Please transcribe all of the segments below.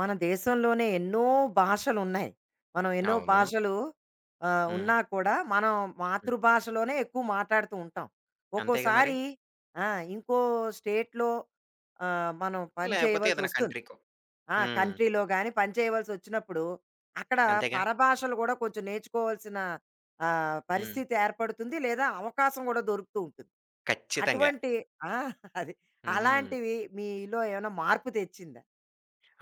మన దేశంలోనే ఎన్నో భాషలున్నాయి. మనం ఎన్నో అవును. భాషలు హ్మ్. ఉన్నా కూడా మనం హ్మ్. మాతృభాషలోనే ఎక్కువ మాట్లాడుతూ ఉంటాం. అంతేగా మరి. ఒక్కోసారి ఆ! ఇంకో స్టేట్‌లో మనం పని లేకపోతే ఏదైనా చేయవలసొస్తుంది. కంట్రీకో. ఆ! హ్మ్. కంట్రీలో గాని పని చేయవలసొచ్చినప్పుడు అక్కడ అంతేగా. పరభాషలు కూడా కొంచెం నేర్చుకోవాల్సిన హ్మ్. పరిస్థితి ఏర్పడుతుంది. లేదా అవకాశం కూడా దొరుకుతూ ఉంటుంది. ఖచ్చితంగా. అటువంటి ఆ! అది. హ్మ్. అలాంటివి మీలో ఏమైనా మార్పు తెచ్చిందా?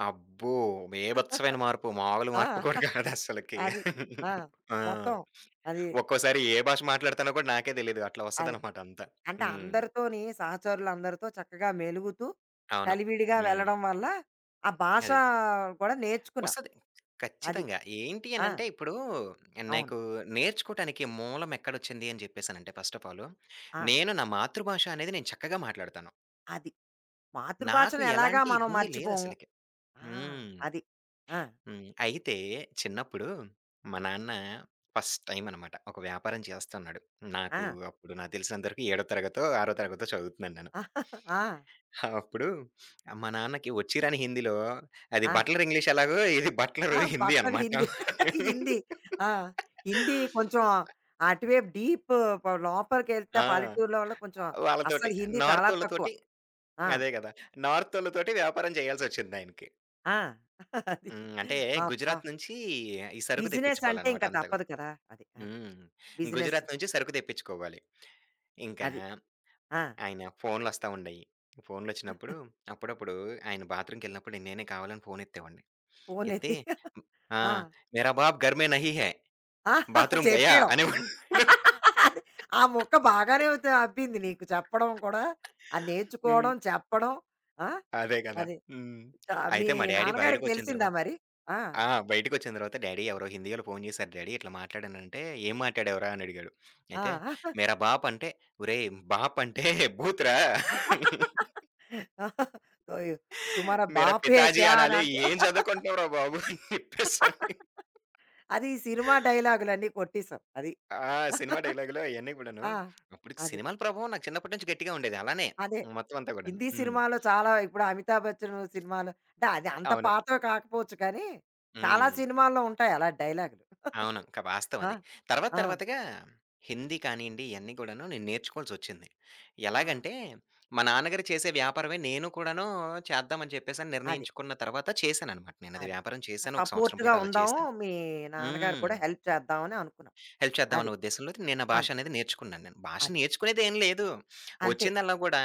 అబ్బో! బీభత్సమైన మార్పు. మామూలు ఆ! మార్పు కూడా కాదస్సలకి. అది. ఆ! ఆ! మొత్తం అది. ఒక్కోసారి ఏ భాష మాట్లాడుతానో కూడా నాకే తెలీదు. అట్లా అది. వస్తదనమాట అంతా. అంటే హ్మ్. అందరితోని సహచరులందరితో చక్కగా మెలుగుతూ, అవును. కలివిడిగా హ్మ్. వెళ్ళడం వల్ల ఆ భాష అది. కూడా నేర్చుకున్నావు. వస్తది. అది. ఖచ్చితంగా. ఏంటి ఆ! అనంటే ఇప్పుడు అవును. నాకు నేర్చుకోవటానికి మూలం ఎక్కడొచ్చింది అని చెప్పేసనంటే ఫస్ట్ ఆఫ్ ఆల్, ఆ! నేను నా మాతృభాష అనేది నేను చక్కగా మాట్లాడతాను. అది. నాకు మాతృభాషను ఎలాగా ఎలాంటి మనం ఇబ్బంది మర్చిపోము. లేదసలకి. ఆ! హ్మ్. అది. ఆ! హ్మ్. అయితే చిన్నప్పుడు మా నాన్న ఫస్ట్ టైమ్ అనమాట ఒక వ్యాపారం చేస్తన్నాడు. నాకు ఆ! అప్పుడు నాకు తెలిసినంత వరకు ఏడో తరగతో, ఆరో తరగతో చదువుతున్నాను నేను. ఆ! అప్పుడు మా నాన్నకి వచ్చి రాని హిందీలో, అది ఆ! బట్లర్ ఇంగ్లీష్ ఎలాగో ఇది బట్లర్ ఆ! హిందీ బట్టలు అనమాట. హిందీ. హిందీ. ఆ! హిందీ కొంచెం అటువైపు డీప్ ప లోపలికెళ్తే ఆ! పల్లెటూరులో వాళ్ళు కొంచెం వాళ్ళతోటి, అస్సలు హిందీ చాలా తక్కువ. నార్తోళ్ళతోటి, ఆ! అదే గదా! నార్తోళ్ళతోటి వ్యాపారం చేయాల్సొచ్చిందాయనకి. ఆ! అది. హ్మ్. అంటే అబ్బా! గుజరాత్ నుంచి ఈ సరుకు బిజినెస్ అంటే తెప్పించుకోవాలనమాట ఇంక అంతా తప్పదు గూడా. కదా! అది. అది. హ్మ్. బిజినెస్. గుజరాత్ నుంచి సరుకు తెప్పించుకోవాలి. ఇంకా అది. ఆ! ఆయన ఫోన్‌లొస్తా ఉండేయి. ఫోన్‌లొచ్చినప్పుడు అప్పుడప్పుడు ఆయన బాత్రూమ్‌కెళ్ళినప్పుడు నేనే కావాలని ఫోన్ ఎత్తేవాడిని. ఎత్తి ఫోనెత్తి ఆ! ఆ! "మేరా బాప్ ఘర్ మే నహీ హై. ఆ! బాత్రూమ్ గయా" చెప్పేయడం. అనేవాడిని. అది. ఆ ముక్క బాగానే త అబ్బింది నీకు చెప్పడం కూడా. అది హ్మ్. నేర్చుకోవడం, చెప్పడం. ఆ! అదే కదా! అది. హ్మ్. చ మీ అయితే మా డ్యాడీ నాన్నగారికి బయటకొచ్చిన తెలిసిందా తర్వాత, మరి? ఆ! ఆ! బయటికొచ్చిన తర్వాత డ్యాడీ ఎవరో హిందీ‌యోళ్ళు ఫోను చేసారు డ్యాడీ ఇట్లా మాట్లాడానంటే, "ఏం మాట్లాడావురా?" అని అడిగాడు. ఆ! అయితే "మేరా బాప్" అంటే, "ఒరేయ్! బాప్ అంటే భూత్ రా! తోయ్ తుమారా మేరా బాప్ హే పితాజీ క్యా అని అనాలి. అంటూ ఏం చదువుకుంటున్నావురా బాబు" అని చెప్పేసని. అది ఈ సినిమా డైలాగులన్నీ కొట్టేసాం. అది. ఆ! సినిమా డైలాగులు అయన్నీ కూడాను. ఆ! అప్పటికి అది. సినిమాల ప్రభావం నాకు చిన్నప్పటి నుంచి గట్టిగా ఉండేది. అలానే అదే. మొత్తం అంతా కూడాను. హిందీ హ్మ్. సినిమాలో చాలా ఇప్పుడు అమితాబ్ బచ్చన్ సినిమాలో అంటే అది అంత అవును. పాతవి కాకపోవచ్చు కానీ, చాలా హ్మ్. సినిమాల్లో ఉంటాయి అలాంటి డైలాగులు. అవును. వాస్తవం ఆ! అది. తర్వాత ఆ! తర్వాతగా హిందీ కానియండి, ఇయన్నీ కూడాను నేను నేర్చుకోవాల్సొచ్చింది. ఆ! ఎలాగంటే, మా నాన్నగారు చేసే వ్యాపారమే నేను కూడాను చేద్దామని చెప్పేసని అది. నిర్ణయించుకున్న తర్వాత చేశాననమాట. నేనది అది. వ్యాపారం చేశాను. ఒక సంవత్సరం సపోర్ట్‌గా పాటు అలా ఉందాము. చేశాను. మీ నాన్నగారు హ్మ్. కూడా హెల్ప్ చేద్దామని అనుకున్నాం. హెల్ప్ అది. చేద్దామన్న ఉద్దేశంలో నేను ఆ భాష అది. అనేది నేర్చుకున్నాను నేను. భాష అది. నేర్చుకునేదేం లేదు. అంతే. వచ్చిందల్లా గూడా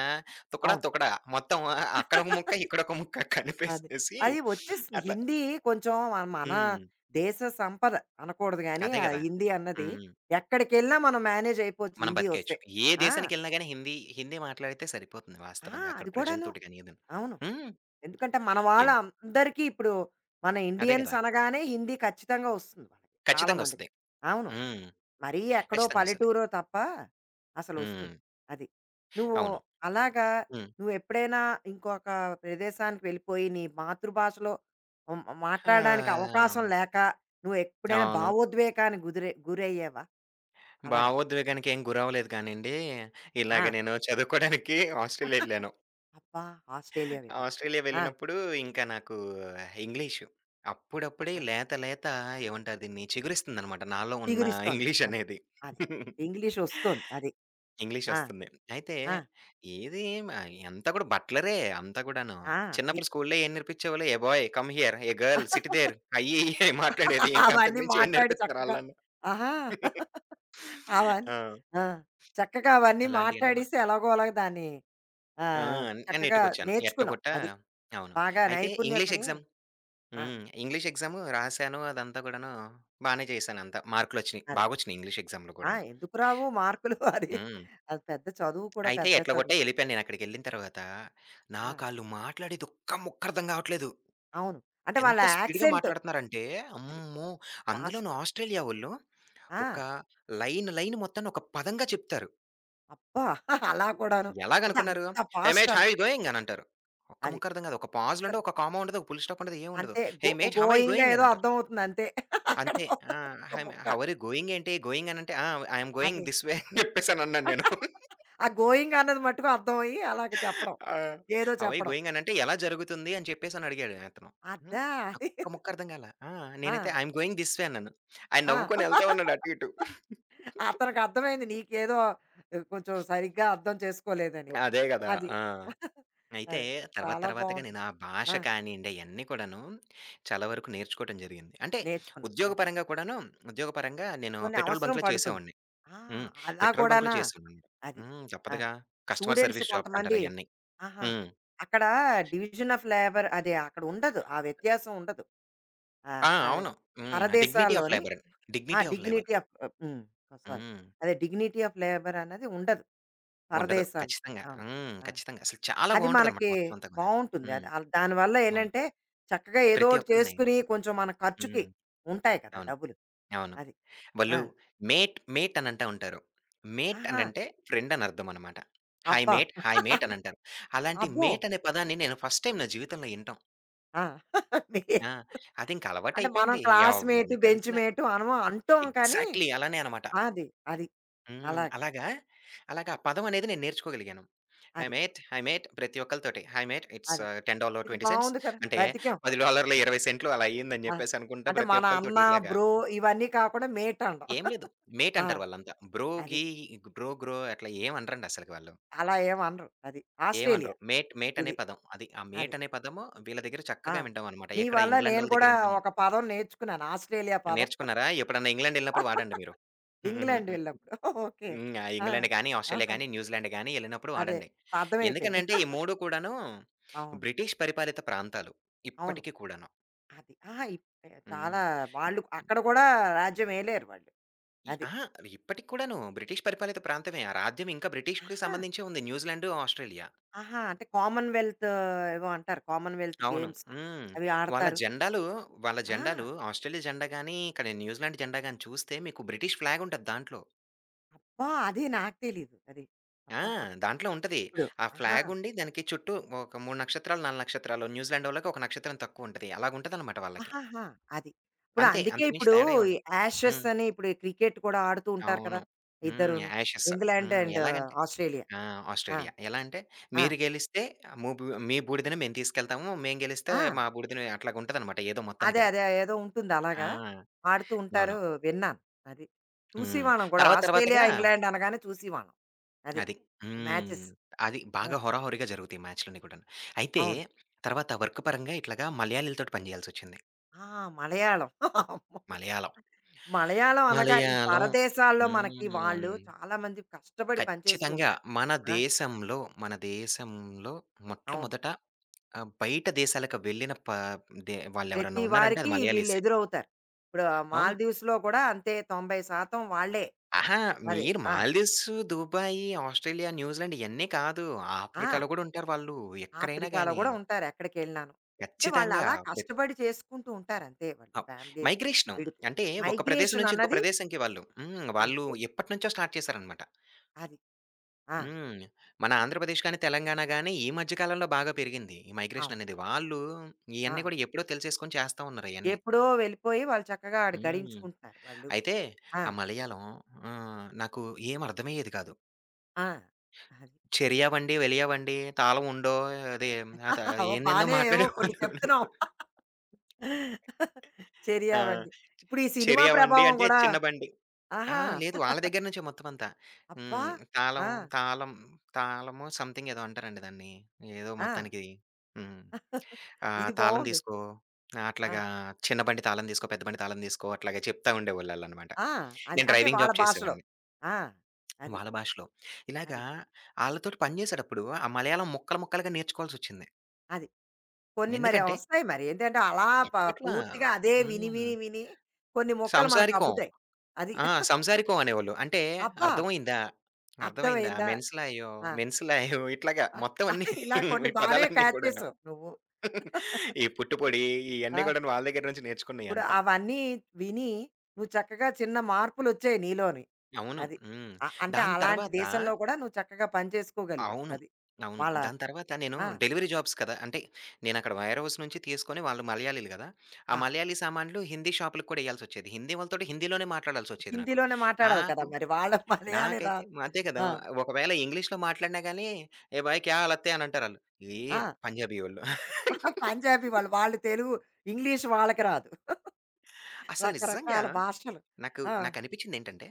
తుకడా అవును. తుకడా మొత్తం అక్కడ ఒక ముక్క, ఇక్కడ ఒక ముక్క అది. కలిపేసేసి అది వచ్చేసింది. అట్లా. హిందీ కొంచెం మన మన హ్మ్. దేశ సంపద అనకూడదు గానీ, అదే ఆ గదా! హిందీ అన్నది హ్మ్. ఎక్కడికెళ్ళినా మనం మేనేజ్ అయిపోవచ్చు మనం హిందీ వస్తే. బతికేయొచ్చు. ఏ ఆ! దేశానికెళ్ళినా గాని హిందీ, హిందీ మాట్లాడితే సరిపోతుంది ఆ! వాస్తవంగా. అక్కడ అది కూడాను. ప్రజలతోటి గాని ఏదైనా. అవును. హ్మ్. ఎందుకంటే మన వాళ్ళ ఎన్ అందరికీ ఇప్పుడు మన అదే ఇండియన్స్ కదా! అనగానే హిందీ ఖచ్చితంగా వస్తుంది వాళ్ళకి. చాలా ఖచ్చితంగా మందికి. ఒస్తది. అవును. హ్మ్. మరీ ఎక్కడో ఖచ్చితంగా ఒస్తది. పల్లెటూరో తప్ప హ్మ్. అసలొస్తుంది. అది. నువ్వు అవును. అలాగా హ్మ్. నువ్వెప్పుడైనా ఇంకొక ప్రదేశానికి వెళ్ళిపోయి నీ మాతృభాషలో మాట్లాడడానికి ఆ! అవకాశం లేక నువ్వెప్పుడైనా అవును. భావోద్వేగానికి గుదిరే గురయ్యావా? అలాగా. భావోద్వేగానికి ఏం గురవ్వలేదు కానండి. ఆ! ఇలాగ నేను చదువుకోడానికి ఆస్ట్రేలియా ఎళ్ళాను. అబ్బా! ఆస్ట్రేలియా వెళ్ళావు. ఆస్ట్రేలియా ఆ! వెళ్ళినప్పుడు ఇంకా నాకు ఇంగ్లీషు అప్పుడప్పుడే లేత లేత ఏమంటారు దీన్ని చిగురిస్తుందనమాట నాలో ఉన్న చిగురిస్తోంది. ఇంగ్లీష్ అదే. అనేది. అది. ఇంగ్లీష్ ఒస్తోంది. అది. ఆ! ఇంగ్లీషొస్తుంది. అయితే ఆ! ఏది, ఆహ్, అంతా కూడా బట్లరే అంతా గూడాను. ఆ! అది. చిన్నప్పుడు స్కూల్‌లో ఏం నేర్పించేవాళ్ళు? A boy! Come here. A girl! Sit there. అయ్యి ఇయ్యి మాట్లాడేది. ఇంక అంతకు అవన్నీ మించి ఏం మాట్లాడి నేర్పిత్తున్నారు చక్కగా ఆళ్ళని. ఆహా! అవన్నీ ఆ! ఆ! చక్కగా అవన్నీ అలాంటియన్నీ మా, మాట్లాడేసి ఎలాగోలాగ దాన్ని ఆ! నేను చక్కగా నెట్టుకొచ్చాను. నేర్చుకున్నాం. అది. అవును. బాగా అయితే ఇంగ్లీష్ నైపుణ్యతని ఎగ్జామ్. ఆ! హ్మ్. ఇంగ్లీష్ ఎగ్జాము రాసాను అదంతా గూడాను బానే చేశానంతా. మార్కులొచ్చినియి. అదే. బాగొచ్చినియి ఇంగ్లీష్ ఎగ్జామ్‌లో ఆ! గూడాను. ఎందుకు రావు మార్కులు అది. హ్మ్. అది పెద్ద చదువు కూడా అయితే పెద్ద ఎట్లా చదువు. గొట్టా కాదు. ఎళ్ళిపోయాను నేనక్కడికెళ్ళిన తర్వాత ఆ! నాకాళ్ళు మాట్లాడేదొక్క ముక్క అర్థం గావట్లేదు. అవును. అంటే వాళ్ళ ఎంత స్పీడ్‌గా యాక్సెంట్ మాట్లాడుతున్నారంటే, అది. అమ్మో! పాస్ట్ అందులోను ఆస్ట్రేలియా వోళ్ళు ఒక ఆ! లైన్, లైన్ మొత్తాన్ని ఒక పదంగా చెప్తారు. అబ్బా! అలా కూడాను. అంటే ఎలాగనుకున్నారు? అంత "hey past mate how an are you going" అని అంటారు. ఒక్క అది. ముక్క అర్థం కాదు. ఒక పాజ్‌లు అసలు ఉండవు, ఒక కామా ఉండదు, ఒక ఫుల్ స్టాప్ ఉండదు, ఏమి ఉండదు. అంతే go "hey mate how are you గోయింగా గోయింగ్" ఏదో అని అంటారు. అర్థమవుతుంది అంతే. అక్కడ అంతే. ఆ! ఒక హై ముక్క. హౌ ఆర్ యూ గోయింగ్ ఏంటి? గోయింగ్ అని అంటే, "ఆ! ఐ యామ్ గోయింగ్ అది. దిస్ వే" అని చెప్పేసి అని అన్నాను నేను. ఆ గోయింగ్ అన్నది మట్టుకు అర్థమయ్యి అలాగ చెప్పడం. ఆ! ఏదో "హౌ ఆర్ యూ చెప్పడం. గోయింగ్" అని అంటే, ఎలా జరుగుతుంది అని చెప్పేసి అని అడిగాడు అతను. హ్మ్. అద్దా! నాకు అది. ఒక్క ముక్క అర్థం కాలా. ఆ! ఆ! నేనైతే, "I am going this way" అన్నాను. ఆయన ఆ! నవ్వుకొని ఎళ్తా ఉన్నాడు అటు, ఇటు. అతనికి అర్థమైంది నీకేదో కొంచెం సరిగ్గా అర్థం చేసుకోలేదని. అదే గదా! అది. ఆ! అయితే అది. తర్వాత చాలా తర్వాతగా బావుంటుంది. నేను ఆ భాష ఆ! కానియండి అయన్నీ కూడాను చాలా వరకు నేర్చుకోవటం జరిగింది. అంటే నేర్చుకున్నాం. అది. ఉద్యోగపరంగా కూడాను, ఉద్యోగపరంగా నేను కొన్ని పెట్రోల్ అవసరం బంక్‌లో పడుతుంది. చేసేవాడిని. ఆ! హ్మ్. అలా పెట్రోల్ బంక్‌లో కూడానా? చేశాననమాట. అది. హ్మ్. తప్పదుగా. అది. కస్టమర్ స్టూడెంట్స్ సర్విస్ జాబ్స్ అంటారు కొంతమంది అయన్నీ. ఆహా! హ్మ్. అక్కడ డివిజన్ ఆఫ్ లేబర్ అదే అక్కడ ఉండదు. ఆ వ్యత్యాసం ఉండదు. ఆ! అది అవును. హ్మ్. డిగ్నిటీ ఆఫ్ పరదేశాల్లోని లేబర్. ఆ! Dignity of labour. Dignity of హ్మ్. సారీ. హ్మ్. అదే డిగ్నిటీ ఆఫ్ లేబర్ అనేది ఉండదు ఉండదు. పరదేశాల్లో. ఖచ్చితంగా. అవును. హ్మ్. ఆ! ఖచ్చితంగా. అసలు చాలా అది బావుంటదనమాట మనకి మొత్తం అంతా గూడా. బావుంటుంది. హ్మ్. అది ఆల్ దానివల్ల అవును. ఏంటంటే చక్కగా ఏదో ప్రతి ఒకటి ఒక్కళ్ళని. చేసుకుని కొంచెం మన ఖర్చుకి హ్మ్. ఉంటాయి కదా! అవును. డబ్బులు. అవును. అది. ఆ! వాళ్ళు మేట్, మేట్ అనంటా ఉంటారు. మేట్ ఆహా! అనంటే ఫ్రెండ్ అని అర్థం అనమాట. హాయ్ అబ్బా! మేట్, హాయ్ మేట్ అనంటారు. అలాంటి అబ్బో! మేట్ అనే పదాన్ని నేను ఫస్ట్ టైమ్ నా జీవితంలో ఇనటం. ఆ! మీ ఆ! అదింక అంటే మనం అలవాటయిపోయింది. క్లాస్‌మేటు, ఎవరిని కలిసినా బెంచ్‌మేటు అనము అంటాం కానీ ఎగ్జాక్ట్‌లీ అలానే అనమాట. అది. అది. హ్మ్. అలాగా. అలాగా, అలాగా ఆ పదం అనేది నేను నేర్చుకోగలిగాను. హాయ్ అది. మేట్, హాయ్ మేట్ ప్రతి ఒక్కళ్ళతోటి. హాయ్ మేట్ ఇట్స్ అది. ఇది $10.20 బావుంది కదా! అంటే బతికాం. $10, $20 అలా అయ్యిందని ఆ! చెప్పేసి అనుకుంటా అంటే ప్రతి మన అన్న, ఒక్కళ్ళతోటి ఇలాగా బ్రో ఇవన్నీ కాకుండా మేట్ అనడం. ఏం లేదు. మేట్ ఆ! అంటారు వాళ్ళంతా. బ్రో, అది. గీ, బ్రో, గ్రో అట్లా ఏమి అనరండి అసలకి వాళ్ళు. అలా ఏమనరు. అది. ఆస్ట్రేలియా. ఏమనరు. మేట్ మేట్ అనే ఇది. పదం అది. ఆ అది. మేట్ అనే పదము వీళ్ళ దగ్గర ఆ! చక్కగా వింటామనమాట. నీ ఎక్కడ వల్ల నేను ఇంగ్లాండోళ్ళ కూడా దగ్గర వింటాము. ఒక పదం నేర్చుకున్నాను. ఆస్ట్రేలియా పదం. నేర్చుకున్నారా? ఎప్పుడన్నా ఇంగ్లాండ్ ఎళ్ళినప్పుడు వాడండి మీరు. హుహు. ఇంగ్లాండ్ వెళ్ళినప్పుడు. ఓకే. హ్మ్. ఆ ఆ! ఇంగ్లాండ్ గాని, ఆస్ట్రేలియా గాని, న్యూజిలాండ్ గాని ఎళ్ళినప్పుడు అదే. వాడండి. అర్థమైపోయింది. ఎందుకనంటే ఈ 3 కూడాను అవును. బ్రిటిష్ పరిపాలిత ప్రాంతాలు. అవును. ఇప్పటికి కూడాను. అది. ఆహా! ఇప్ హ్మ్. చాలా ఇప్ వాళ్ళు అక్కడ కూడా రాజ్యం ఏలారు వాళ్ళు. ఇ అది. అహా! ఇప్పటికి కూడాను బ్రిటిష్ పరిపాలిత ప్రాంతమే. ఆ రాజ్యం ఇంకా బ్రిటిష్‌కి ఆహా! సంబంధించే ఉంది న్యూజిలాండ్, ఆస్ట్రేలియా. ఆహా! అంటే కామన్‌వెల్త్ ఏవో అంటారు. కామన్‌వెల్త్ అవును. గేమ్స్ హ్మ్. అవి వాళ్ళ ఆడతారు. జెండాలు వాళ్ళ జెండాలు ఆ! ఆస్ట్రేలియా జెండా గాని, ఇక్కడ న్యూజిలాండ్ జెండా గాని చూస్తే మీకు బ్రిటిష్ ఫ్లాగ్ ఉంటది దాంట్లో. అబ్బా! అది నాకు తెలీదు. అది. ఆ! అబ్బా! దాంట్లో ఉంటది. ఇప్పుడు ఆ ఆహా! ఫ్లాగ్ ఉండి దానికి చుట్టూ ఒక 3 నక్షత్రాలు, 4 నక్షత్రాలు న్యూజిలాండ్ వాళ్ళకి ఒక నక్షత్రం తక్కువ ఉంటది. అలాగుంటదనమాట వాళ్ళకి. ఆహాహా! అది. ఇప్పుడు అంతే అందుకే అంతకు మించి ఇప్పుడు తేడా ఏం ఈ ఉండదు. యాషెస్ హ్మ్. అని ఇప్పుడు క్రికెట్ కూడా ఆడుతూ ఉంటారు కదా! అవును. హ్మ్. ఇద్దరూను. యాషెస్. ఇంగ్లాండ్ హ్మ్. అండ్ ఎలాగంటే ఆస్ట్రేలియా. ఆ! ఆ! ఆస్ట్రేలియా. ఎలా అంటే ఆ! మీరు గెలిస్తే ము బు మీ బూడిదని మేము తీసుకెళ్తాము. మేము గెలిస్తే ఆ! మా బూడిదని అట్లాగుంటదనమాట ఏదో అదే. మొత్తానికది. అదే. ఏదో ఉంటుంది అలాగా. ఆ! ఆడుతూ ఉంటారు అవును. విన్నాను. అది. హ్మ్. చూసేవాళ్ళం కూడా. తర్వాత ఆస్ట్రేలియా, తర్వాతగా ఇంగ్లాండ్ అనగానే చూసేవాళ్ళం. అది. అది. హ్మ్. మ్యాచెస్. అది ఆ! బాగా హోరాహోరీగా జరుగుతాయి మ్యాచ్‌లన్నీ కూడాను. అయితే అవును. తర్వాత వర్క్ పరంగా ఇట్లాగా మలయాళీలతోటి పని చేయాల్సొచ్చింది. ఆ! మలయాళం. అమ్మో! మలయాళం. మలయాళం అనగా ఈ మలయాళం. పరదేశాల్లో మనకి వాళ్ళు హ్మ్. చాలా మంది కష్టపడి పనిచేస్తూ ఖచ్చితంగా ఉంటారు. మన ఆ! దేశంలో, మన దేశంలో అవును. మొట్టమొదట ఆహ్, బయట దేశాలకు వెళ్ళిన దే వాళ్ళెవరన్నా ప్రతి ఉన్నారంటే వారికి అది వీళ్ళు మలయాళీసే. ఎదురవుతారు. ఇప్పుడు అవును. మాల్దీవ్స్‌లో కూడా అంతే 90% వాళ్ళే. అహా! అది. మీరు ఆ! మాల్దీవ్స్, దుబాయి, ఆస్ట్రేలియా, న్యూజిలాండ్ ఇయన్నీ కాదు. ఆ! ఆఫ్రికాలో గూడా ఉంటారు వాళ్ళు. ఎక్కడైనా ఆఫ్రికాలో గాని. గూడా ఉంటారు ఎక్కడికెళ్ళినాను. అంటే ఖచ్చితంగా. వాళ్ళలా పెత్ కష్టపడి చేసుకుంటూ ఉంటారు అంతే వాళ్ళు అప్ ఫ్యామిలీలు మైగ్రేషను. విడిపోయి. అంటే ఒక ప్రదేశం మైగ్రేషన్ నుంచి ఇంకో అన్నది ప్రదేశంకి వాళ్ళు. హ్మ్. వాళ్ళు అంతే. ఎప్పటినుంచో స్టార్ట్ చేశారనమాట. అది. ఆ! హ్మ్. మన ఆంధ్రప్రదేశ్ గాని, తెలంగాణ గాని ఈ మధ్య కాలంలో బాగా పెరిగింది. ఈ మైగ్రేషన్ అవును. అనేది. వాళ్ళు ఆ! ఇయన్నీ కూడా ఎప్పుడో తెలిసేసుకొని చేస్తా ఉన్నారు అయన్నీ. ఎప్పుడో వెళ్ళిపోయి వాళ్ళు చక్కగా ఆడ హ్మ్. గడించుకుంటున్నారు వాళ్ళు. అయితే ఆ! ఆ మలయాళం ఆహ్, నాకు ఏం అర్థమయ్యేది కాదు. ఆ! అది. చెరియావండి, వెలియావండి, తాళం ఉండో అదే అత ఓహ్! ఏందేందో బానే ఏవో కొన్ని మాట్లాడేవాళ్ళు. చెప్తున్నావు. ఆ! చెరియావండి. ఇప్పుడు ఈ సినిమా చెరియావండి ప్రభావం అంటే గూడా చిన్న బండి. ఆ! ఆహా! లేదు. ఆళ్ళ దగ్గర నుంచే మొత్తమంతా. అబ్బా! హ్మ్. తాళం, ఆ! తాళం, తాళము సంథింగ్ ఏదో అంటారండి దాన్ని. ఏదో ఆ! మొత్తానికి. హ్మ్. ఆహ్, ఇది తాళం బావుంది. తీసుకో, ఆ! అట్లాగా చిన్న బండి తాళం తీసుకో, పెద్ద బండి తాళం తీసుకో అట్లాగా చెప్తా ఉండేవాళ్ళు ఆళ్ళనమాట. ఆ! అది. నేను అంటే డ్రైవింగ్ వాళ్ళ జాబ్ భాషలో. చేసేవాడిని ఆ! అది. వాళ్ళ భాషలో. ఇలాగా అది. ఆళ్ళతోటి పని చేసేటప్పుడు ఆ మలయాళం ముక్కలు, ముక్కలుగా నేర్చుకోవాల్సొచ్చింది. అది. కొన్ని మరి ఎందుకంటే వస్తాయి మరి. ఏంటంటే అలా ప అప్పట్లా. పూర్తిగా అదే విని, హ్మ్. విని, విని కొన్ని ముక్కలు మనకు సంసారికం. అబ్బుతాయి. అది. ఆ! సంసారికో అనేవాళ్ళు. అంటే అబ్బా! అర్థమైందా? అర్థమైందా? అర్థమైందా? మెన్స్‌లాయో, ఆ! మెన్స్‌లాయో ఇట్లాగా ఆ, మొత్తం ఆ, అన్నీ ఇలా కొన్ని ఈ బానే పదాలన్నీ క్యాచ్ కూడాను. చేసావు నువ్వు. ఈ పుట్టుపొడి ఇయన్నీ ఆ! కూడాను వాళ్ళ దగ్గర నుంచి ఇప్పుడు నేర్చుకున్నయంతా. అవన్నీ విని నువ్వు చక్కగా చిన్న మార్పులొచ్చాయి నీలోని. అవును. అది. హ్మ్. అ అంటే దాని అలాంటి తర్వాత దేశంలో కూడా నువ్వు చక్కగా పని చేసుకోగలిగావు. అవును. అది. అవును. వాళ్ళ దాని తర్వాత నేను ఆ! డెలివరీ జాబ్స్ కదా! అంటే నేనక్కడ వైర్ హౌస్ నుంచి తీసుకొని వాళ్ళు మలయాళీలు గదా! ఆ ఆహా! మలయాళీ సామాన్లు హిందీ షాపులకి కూడా ఎయ్యాల్సొచ్చేది. హిందీ వాళ్ళతోటి హిందీలోనే మాట్లాడాల్సొచ్చేది నాకు. హిందీలోనే మాట్లాడాలి కదా! నాకు మరి వాళ్ళ మలయాళీ నాకైతే రాదు. అదే కదా! ఆ! ఒకవేళ ఇంగ్లీష్‌లో మాట్లాడినా గాని, "ఏ భాయ్ క్యా హాలత్ హై" అని అంటారాళ్ళు. ఈ ఆ! పంజాబీ వోళ్ళు. పంజాబీ వాళ్ళు. వాళ్ళు తెలుగు, ఇంగ్లీష్ వాళ్ళకి రాదు. అసలు నిజంగా రకరకాల భాషలు. ఆ! నాకనిపించిందేంటంటే,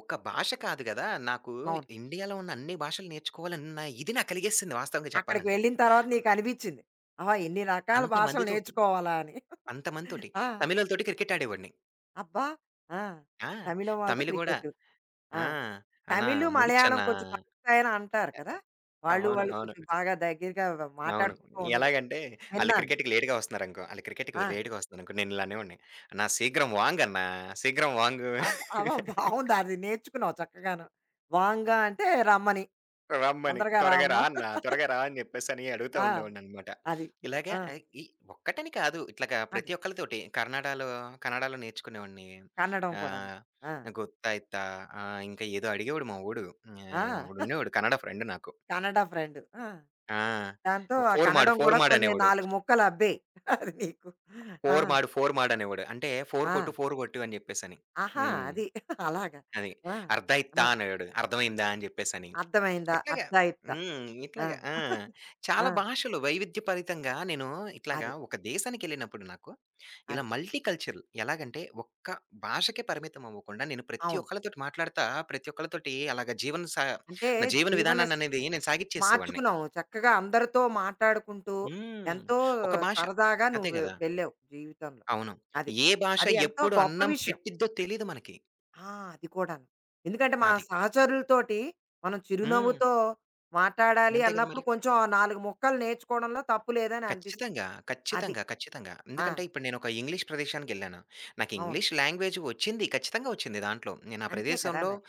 ఒక్క భాష కాదు గదా! నాకు అవును. ఇండియాలో ఉన్న అన్ని భాషలు నేర్చుకోవాలన్న ఇది నాకు కలిగేసింది వాస్తవంగా అక్కడికి చెప్పాలంటే. వెళ్ళిన తర్వాత నీకనిపిచ్చింది. ఆహా! ఇన్ని రకాల భాషలు అంతమందితోటి, నేర్చుకోవాలా అని. అంతమందితోటి. ఆ! తమిలోళ్ళతోటి క్రికెట్ ఆడేవాడిని. అబ్బా! ఆ! ఆ! తమిళం వాళ్ళతో తమిళ్ గూడా క్రికెటు. ఆ! ఆ! "అన్నా తమిళు, మలయాళం ముడిచ్చన్నా". కొంచెం కలుస్తాయని అంటారు కదా! వాళ్ళు అవును. వాళ్ళు అవును. కొంచెం బాగా దగ్గరగా అవును. మాట్లాడుకుంటూ ఉండ ఎలాగంటే విన్నాను. ఆళ్ళు క్రికెట్‌కి ఆ! లేట్‌గా వస్తున్నారనుకో నేను ఇలా అనేవాడిని. అన్నా శీఘ్రం వాంగ్ అన్నా, శీఘ్రం వాంగ్ బాగా అవ బావుంది. అది నేర్చుకున్నావు చక్కగాను. వాంగా అంటే రమ్మని. రమ్మని. తొందరగా త్వరగా రా రామ్మా. అన్నా, త్వరగా రా అని చెప్పేసని అడుగుతా ఆ! ఉండేవాడిననమాట. అది. ఇలాగే ఆ! ఆహ్, ఈ ఒక్కటని కాదు ఇట్లాగా అది. ప్రతి ఒక్కళ్ళతోటి కర్ణాటకలో కన్నడలో నేర్చుకునేవాడిని. కన్నడం కూడాను. ఆహ్, ఆ! గొత్తాయిత్తా ఆహ్, ఇంకా ఏదో అడిగేవాడు మా వోడు. ఆ! ఆహ్, ఒకడుండేవాడు కన్నడ ఫ్రెండ్ నాకు. కన్నడ ఫ్రెండు. ఆ! ఆ! దాంతో ఆ ఫోర్ మాడు, కన్నడం ఫోర్ కూడా మాడు కొన్ని అనేవాడు. 4 ముక్కలు అబ్బాయి. అది నీకు. ఆ! ఫోర్ మాడు, ఫోర్ మాడు అనేవాడు. అంటే ఆ! 4 కొట్టు, 4 కొట్టు అని చెప్పేసని. ఆహా! హ్మ్. అది. అలాగా. అది. ఆ! అర్థయిత్తా ఆ! అనడు. అర్థమైందా అని జెప్పేసని. అర్థమైందా? ఇట్లాగా. అర్థాయిత్త. హ్మ్. ఆ! ఇట్లాగా ఆ! ఆ! చాలా భాషలు వైవిధ్యభరితంగా నేను ఇట్లాగా అది. ఒక దేశానికెళ్ళినప్పుడు నాకు ఇలా అది. మల్టీ కల్చరల్ ఎలాగంటే ఒక్క భాషకే పరిమితం అవ్వకుండా నేను ప్రతి అవును. ఒక్కళ్ళతోటి మాట్లాడతా, ప్రతి ఒక్కళ్ళతోటి అలాగా జీవన సా అంటే నా జీవన జీవన స్ విధానాన్ననేది నేను సాగిచ్చేసేవాడిని. మార్చుకున్నావు. నువ్వు చక్కగా అందరితో మాట్లాడుకుంటూ హ్మ్. ఎంతో ఒక భాష సరదాగా నువ్వు అదే గదా! వెళ్ళావు జీవితంలో. అవును. అది. ఏ భాష అది ఎంతో ఎప్పుడు గొప్ప అన్నం విషయం. పెట్టిద్దో తెలీదు మనకి. ఆ! అది కూడాను. ఎందుకంటే మన అది. సహచరులతోటి మనం హ్మ్. చిరునవ్వుతో మాట్లాడాలి అంతే గదా అన్నప్పుడు మరి! కొంచెం ఆ 4 ముక్కలు నేర్చుకోవడంలో తప్పు లేదని అనిపిస్తుంది. ఖచ్చితంగా. అది. ఖచ్చితంగా. ఖచ్చితంగా. ఆ! ఎందుకంటే ఇప్పుడు నేనొక ఇంగ్లీష్ ప్రదేశానికెళ్ళాను. నాకు అవును. ఇంగ్లీష్ లాంగ్వేజ్ వచ్చింది. ఖచ్చితంగా వచ్చింది దాంట్లో. నేను ఆ అంతే కదా ప్రదేశంలో మరి.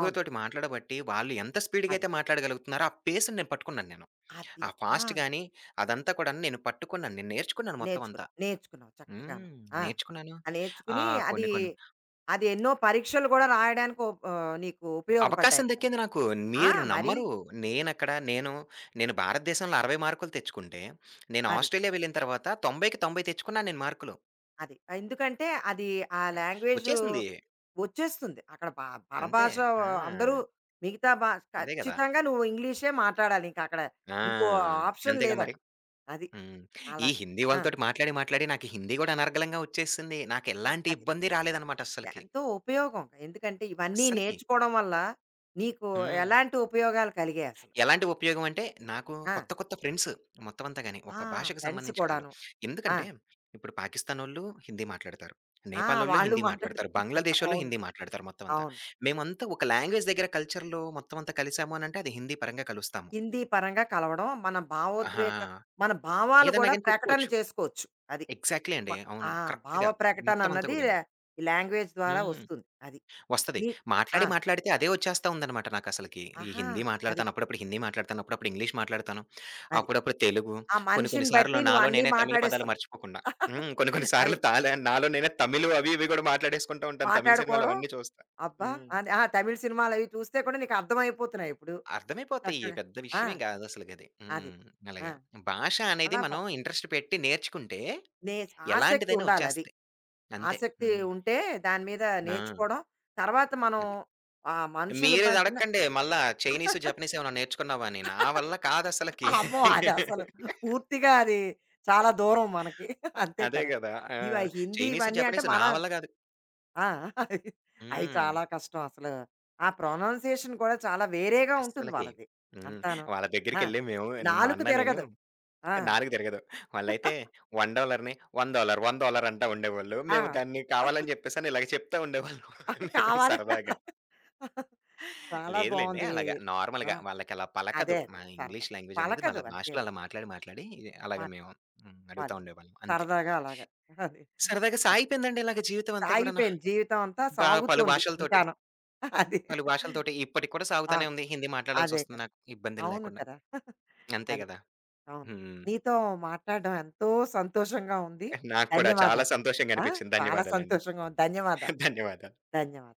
అవును. మాట్లాడబట్టి వాళ్ళు ఎంత స్పీడ్‌గా అదే. అయితే మాట్లాడగలుగుతున్నారో ఆ పేస్‌ని నేను పట్టుకున్నాను నేను. అది. ఆ ఆ! ఫాస్ట్ గాని అదంతా కూడాను నేను పట్టుకున్నాను. నేను నేర్చుకున్నాను మొత్తం నేర్చుకున్నా అంతా. నేర్చుకున్నావు చక్కగాను. హ్మ్. ఆ! నేర్చుకున్నాను. ఆ నేర్చుకుని ఆహ్, అది కొన్ని కొన్ని అది ఎన్నో పరీక్షలు కూడా రాయడానికి ఉప్ నీకు ఉపయోగపడ్డాయి అవకాశం కదా! దక్కింది నాకు. ఆ! మీరు మరి. నమ్మరు. నేనక్కడ నేను, నేను భారతదేశంలో 60 మార్కులు తెచ్చుకుంటే, నేను అది. ఆస్ట్రేలియా వెళ్ళిన తర్వాత 90కి 90 తెచ్చుకున్నాను నేను మార్కులు. అది. ఆ, ఎందుకంటే అది ఆ లాంగ్వేజు వచ్చేసింది. వచ్చేస్తుంది. అక్కడ బ అంతే. పరభాష ఆ! అందరూ మిగతా భా అదే గదా! ఖచ్చితంగా నువ్వు ఇంగ్లీషే మాట్లాడాలి ఇంకక్కడ. ఆ! ఇంకో ఆప్షన్ అంతేగా మరి. లేదక్కడ. అది. హ్మ్. ఈ అలాగా. హిందీ ఆ! వాళ్ళతోటి మాట్లాడి, మాట్లాడి నాకు హిందీ గూడా అనర్గళంగా ఒచ్చేసింది. ఆ! నాకెలాంటి అది. ఇబ్బంది రాలేదనమాట అస్సలకి. ఎంతో ఉపయోగం. ఎందుకంటే ఇవన్నీ అస్సలకి. నేర్చుకోవడం వల్ల నీకు హ్మ్. ఎలాంటి ఉపయోగాలు కలిగాయి అసలు? ఎలాంటి ఉపయోగం అంటే, నాకు ఆ! కొత్త, కొత్త ఫ్రెండ్స్ మొత్తం అంతా గాని. ఆ! ఒక భాషకు ఫ్రెండ్స్ సంబంధించి కాదు. కూడాను. ఆ! ఎందుకంటే, ఇప్పుడు పాకిస్తానోళ్ళు హిందీ మాట్లాడతారు. ఆ! నేపాలోళ్ళు వాళ్ళు హిందీ మాట్లాడతారు. మాట్లాడుకుంటారు. బంగ్లాదేశోళ్ళు అవును. హిందీ మాట్లాడతారు మొత్తం అంతా. అవును. మేమంతా ఒక లాంగ్వేజ్ దగ్గర కల్చర్‌లో మొత్తం అంతా కలిసాము అనంటే, అది హిందీ పరంగా కలుస్తాము. హిందీ పరంగా కలవడం. మన ఆహా! భావోద్వేగ మన భావాలు ఏదన్నా గూడా గాని ప్రకటన చెప్పుకోవచ్చు. చేసుకోవచ్చు. అది. ఎగ్జాక్ట్‌లీ మ అండి. అవును. ఆ! భావ కరెక్ట్‌గా. ప్రకటన మొత్తం అంతా అన్నది కూడాను. ఈ లాంగ్వేజ్ ద్వారా హ్మ్. వస్తుంది. అది. వస్తది. నీ ఆ! మాట్లాడి మాట్లాడితే అదే వచ్చేస్తా ఉందన్నమాట నాకసలకి. ఈ ఆహా! హిందీ అది. మాట్లాడతాను. అప్పుడప్పుడు హిందీ మాట్లాడతాను. అప్పుడప్పుడు ఇంగ్లీష్ మాట్లాడతాను. అది. అప్పుడప్పుడు తెలుగు. ఆ కొన్ని కొన్ని మనిషిని బట్టి సార్లు నువ్వు నాలో అన్నీ నేనే తమిళ్ పదాలు మాట్లాడేస్తున్నావు. మర్చిపోకుండా. హ్మ్. కొన్ని కొన్ని అది సార్లు నాలో నేనే తమిళ్ అవి ఇవి కూడా మాట్లాడేసుకుంటూ ఉంటాను. తమిళ్ సినిమాలు మాట్లాడుకోవడం అవన్నీ చూస్తా. అబ్బా! హ్మ్. అని ఆ! తమిళ్ సినిమాలవి చూస్తే కూడా నీకు అర్థమైపోతున్నాయి ఇప్పుడు అర్థమైపోతాయి. చక్కగా. పెద్ద ఆ! విషయమేం కాదసలకది. అది. హ్మ్. ఆ! అలాగా. భాష అనేది చాలా బా మనం ఇంట్రెస్ట్ పెట్టి నేర్చుకుంటే నే ఆసక్తి ఎలాంటిదైనా ఉండాలది. వచ్చేస్తది. అంతే. ఆసక్తి హ్మ్. ఉంటే దాని మీద ఆ! నేర్చుకోవడం. తర్వాత మనం అది. ఆ మనుషుల మీరేది మధ్యన అడక్కండి మళ్ళా చైనీసు, జపనీస్ ఏమన్నా నేర్చుకున్నావా అని. నా వల్ల కాదసలకి. అమ్మో! అదసలు పూర్తిగా అది చాలా దూరం మనకి. అంతే అదే కదా! గదా! ఆ! ఇవ హిందీ చైనీసు, ఇవన్నీ అంటే జపనీసు మన నా వల్ల గాదు. ఆ! అయి హ్మ్. చాలా కష్టం అసలు. ఆ ప్రొనౌన్సియేషన్ కూడా చాలా వేరేగా ఉంటుంది అస్సలకి. వాళ్ళది హ్మ్. అంతాను. వాళ్ళ ఆ! దగ్గరికెళ్ళి మేము మా నాలుక అన్న నేను తిరగదు. ఆ! నాలుక తిరగదు. వాళ్ళైతే $1 $1 $1 అంటా ఉండేవాళ్ళు. మేము ఆ! దాన్ని కావాలని జెప్పేసని ఇలాగ చెప్తా ఉండేవాళ్ళం. మేము కావాలని సరదాగా. చాలా లేదులెండి బావుంది. అలాగా ఆ! నార్మల్‌గా వాళ్ళకలా పలకదు. అదే అదే మన సరదా. ఇంగ్లీష్ లాంగ్వేజ్ అనేది పలకదు వాళ్ళ అంతే భాషలో వాళ్ళు. అలా మాట్లాడి, మాట్లాడి అలాగ వాళ్ళు మేము. హ్మ్. అడుగుతా వాళ్ళు ఉండేవాళ్ళం అంతే. సరదాగా అలాగా. అది. సరదాగా అది. సాగిపోయిందండి ఇలాగ జీవితం అంతా కూడాను. సాగిపోయింది జీవితం అంతా పలు సాగుతోంది భాషలతోటి, ఇంకాను. అది. పలు భాషలతోటి ఇప్పటికి కూడా ఆ! సాగుతానే ఉంది. హిందీ అదే మాట్లాడాల్సొస్తుంది కదా! నాకు ఇబ్బందులు అవును లేకుండా. కదా! అంతే అదే. గదా! అవును. హ్మ్. నీతో మాట్లాడడం ఎంతో సంతోషంగా ఉంది. నాకు కూడా చాలా ధన్యవాదాలు. సంతోషంగా ఆ! అనిపించింది. చాలా ధన్యవాదాలండి. సంతోషంగా ఉంది. ధన్యవాదాలు. ధన్యవాదాలు. ధన్యవాదాలు.